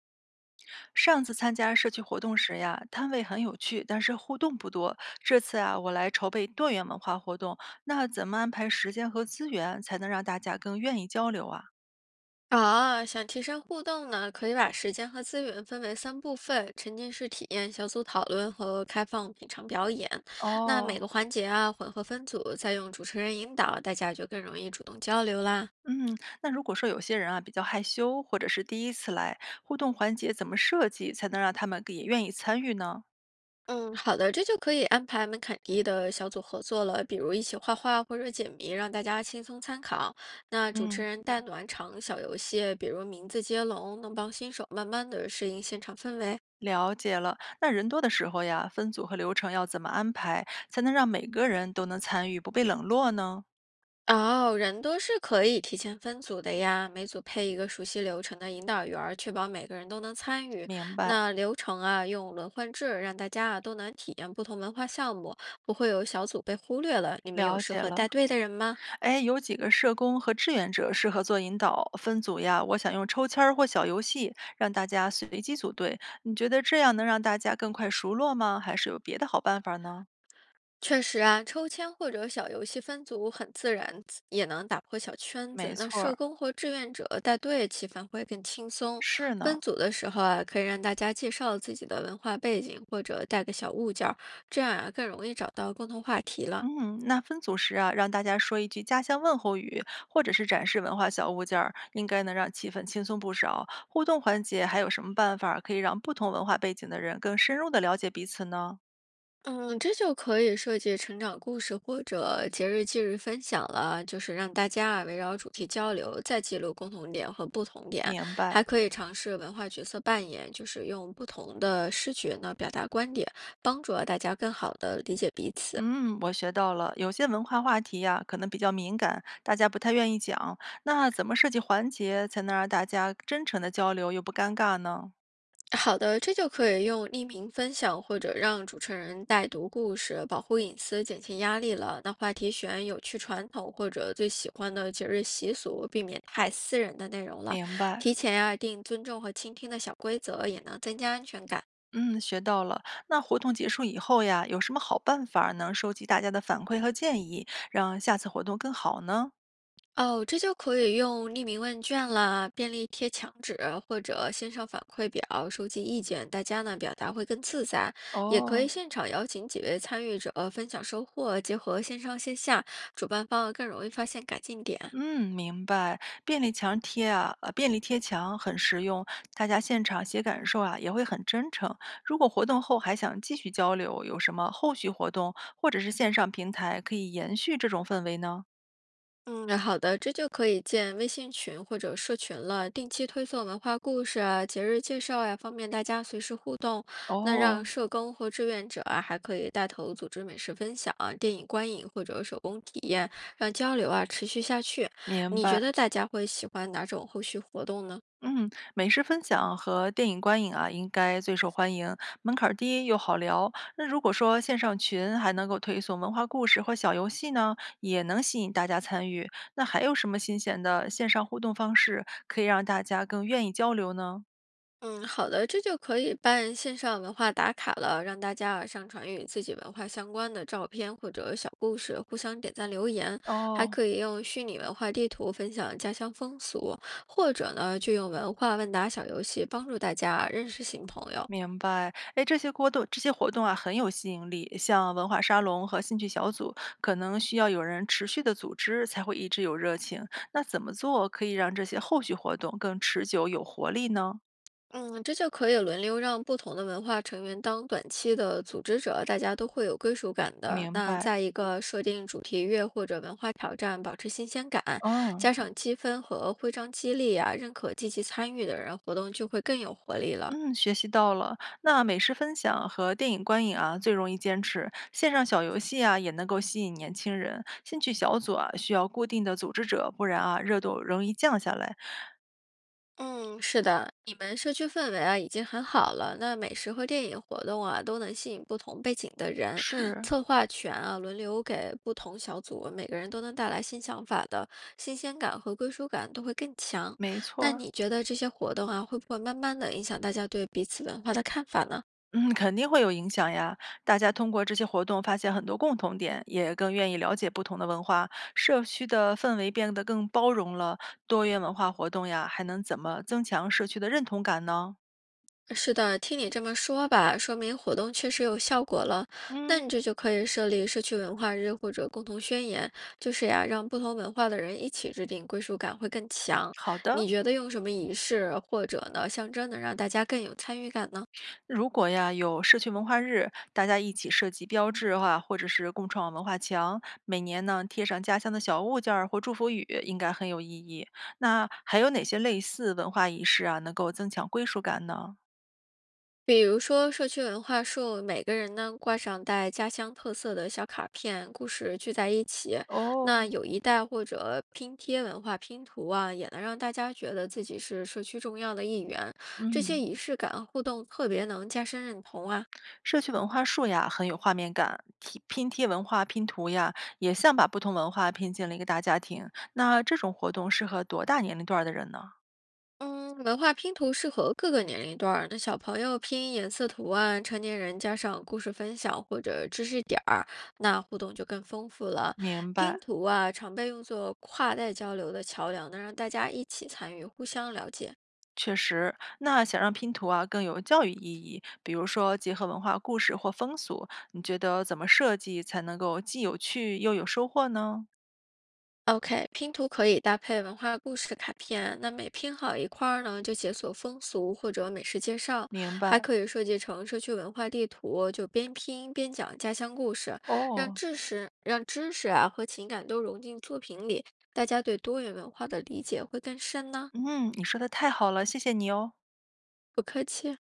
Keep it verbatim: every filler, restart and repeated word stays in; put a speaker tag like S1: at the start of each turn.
S1: 上次参加社区活动时呀，摊位很有趣，但是互动不多。这次啊，我来筹备多元文化活动，那怎么安排时间和资源，才能让大家更愿意交流啊？
S2: 啊，想提升互动呢，可以把时间和资源分为三部分：沉浸式体验、小组讨论和开放品尝表演。那每
S1: 哦。
S2: 个环节啊，混合分组，再用主持人引导，大家就更容易主动交流啦。
S1: 嗯，那如果说有些人啊比较害羞，或者是第一次来，互动环节怎么设计才能让他们也愿意参与呢？
S2: 嗯，好的，这就可以安排门槛低的小组合作了，比如一起画画或者解谜，让大家轻松参考。那主持
S1: 嗯。
S2: 人带暖场小游戏，比如名字接龙，能帮新手慢慢的适应现场氛围。
S1: 了解了，那人多的时候呀，分组和流程要怎么安排，才能让每个人都能参与，不被冷落呢？
S2: 哦，人多是可以提前分组的呀，每组配一个熟悉流程的引导员儿，确保每个人都能参与。
S1: 明白。
S2: 那流程啊，用轮换制，让大家啊都能体验不同文化项目，不会有小组被忽略了。你们有
S1: 了
S2: 适
S1: 解
S2: 合
S1: 了。
S2: 带队的人吗？
S1: 哎，有几个社工和志愿者适合做引导分组呀。我想用抽签儿或小游戏让大家随机组队，你觉得这样能让大家更快熟络吗？还是有别的好办法呢？
S2: 确实啊，抽签或者小游戏分组很自然，也能打破小圈子。
S1: 没
S2: 那
S1: 错
S2: 社
S1: 儿，
S2: 工或志愿者带队，气氛会更轻松。
S1: 是呢。
S2: 分组的时候啊，可以让大家介绍自己的文化背景，或者带个小物件儿，这样啊更容易找到共同话题了。
S1: 嗯，那分组时啊，让大家说一句家乡问候语，或者是展示文化小物件儿，应该能让气氛轻松不少。互动环节还有什么办法可以让不同文化背景的人更深入的了解彼此呢？
S2: 嗯，这就可以设计成长故事或者节日忌日分享了，就是让大家啊围绕主题交流，再记录共同点和不同点，
S1: 明白。
S2: 还可以尝试文化角色扮演，就是用不同的视觉呢表达观点，帮助啊大家更好的理解彼此。
S1: 嗯，我学到了，有些文化话题呀，可能比较敏感，大家不太愿意讲。那怎么设计环节才能让大家真诚的交流又不尴尬呢？
S2: 好的，这就可以用匿名分享或者让主持人代读故事，保护隐私，减轻压力了。那话题选有趣传统或者最喜欢的节日习俗，避免太私人的内容了。
S1: 明白。
S2: 提前啊定尊重和倾听的小规则，也能增加安全感。
S1: 嗯，学到了。那活动结束以后呀，有什么好办法能收集大家的反馈和建议，让下次活动更好呢？
S2: 哦，这就可以用匿名问卷啦、便利贴墙纸或者线上反馈表收集意见，大家呢表达会更自在。也可以
S1: 哦。
S2: 现场邀请几位参与者分享收获，结合线上线下，主办方更容易发现改进点。
S1: 嗯，明白。便利墙贴啊，呃，便利贴墙很实用，大家现场写感受啊，也会很真诚。如果活动后还想继续交流，有什么后续活动或者是线上平台可以延续这种氛围呢？
S2: 嗯，好的，这就可以建微信群或者社群了，定期推送文化故事啊、节日介绍呀、方便大家随时互动。那让
S1: 哦，
S2: 社工或志愿者啊，还可以带头组织美食分享、电影观影或者手工体验，让交流啊持续下去。
S1: 明
S2: 你觉
S1: 白。
S2: 得大家会喜欢哪种后续活动呢？
S1: 嗯，美食分享和电影观影啊，应该最受欢迎，门槛儿低又好聊。那如果说线上群还能够推送文化故事或小游戏呢，也能吸引大家参与。那还有什么新鲜的线上互动方式可以让大家更愿意交流呢？
S2: 嗯，好的，这就可以办线上文化打卡了，让大家啊上传与自己文化相关的照片或者小故事，互相点赞留言，还
S1: 哦。
S2: 可以用虚拟文化地图分享家乡风俗，或者呢，就用文化问答小游戏帮助大家认识新朋友。
S1: 明白，哎，这些活动这些活动啊很有吸引力，像文化沙龙和兴趣小组，可能需要有人持续的组织才会一直有热情。那怎么做可以让这些后续活动更持久有活力呢？
S2: 嗯，这就可以轮流让不同的文化成员当短期的组织者，大家都会有归属感的。
S1: 明
S2: 那
S1: 白。
S2: 在一个设定主题月或者文化挑战，保持新鲜感，
S1: 哦。
S2: 加上积分和徽章激励啊，认可积极参与的人，活动就会更有活力了。
S1: 嗯，学习到了。那美食分享和电影观影啊，最容易坚持。线上小游戏啊，也能够吸引年轻人。兴趣小组啊，需要固定的组织者，不然啊，热度容易降下来。
S2: 嗯，是的，你们社区氛围啊已经很好了，那美食和电影活动啊都能吸引不同背景的人，
S1: 是，
S2: 策划权啊轮流给不同小组，每个人都能带来新想法的新鲜感和归属感都会更强。
S1: 没错
S2: 那
S1: 儿。
S2: 你觉得这些活动啊会不会慢慢的影响大家对彼此文化的看法呢？
S1: 嗯，肯定会有影响呀。大家通过这些活动发现很多共同点，也更愿意了解不同的文化，社区的氛围变得更包容了。多元文化活动呀，还能怎么增强社区的认同感呢？
S2: 是的，听你这么说吧，说明活动确实有效果了。那
S1: 嗯，
S2: 你这就可以设立社区文化日或者共同宣言，就是呀，让不同文化的人一起制定，归属感会更强。
S1: 好的。
S2: 你觉得用什么仪式或者呢象征能让大家更有参与感呢？
S1: 如果呀有社区文化日，大家一起设计标志化或者是共创文化墙，每年呢贴上家乡的小物件儿或祝福语，应该很有意义。那还有哪些类似文化仪式啊，能够增强归属感呢？
S2: 比如说社区文化树，每个人呢挂上带家乡特色的小卡片，故事聚在一起。
S1: 哦。
S2: 那有一带或者拼贴文化拼图啊，也能让大家觉得自己是社区重要的一员。这些
S1: 嗯，
S2: 仪式感互动特别能加深认同啊。
S1: 社区文化树呀很有画面感，拼拼贴文化拼图呀，也像把不同文化拼进了一个大家庭。那这种活动适合多大年龄段儿的人呢？
S2: 嗯，文化拼图适合各个年龄段儿。那小朋友拼颜色图案，成年人加上故事分享或者知识点儿，那互动就更丰富了。
S1: 明白。
S2: 拼图啊，常被用作跨代交流的桥梁，能让大家一起参与，互相了解。
S1: 确实，那想让拼图啊更有教育意义，比如说结合文化故事或风俗，你觉得怎么设计才能够既有趣又有收获呢？
S2: O K，拼图可以搭配文化故事卡片，那每拼好一块儿呢，就解锁风俗或者美食介绍，
S1: 明
S2: 还
S1: 白
S2: 可以设计成社区文化地图，就边拼边讲家乡故事，让
S1: 哦。
S2: 知识让知识啊和情感都融进作品里，大家对多元文化的理解会更深呢。
S1: 嗯，你说的太好了，谢谢你哦。
S2: 不客气。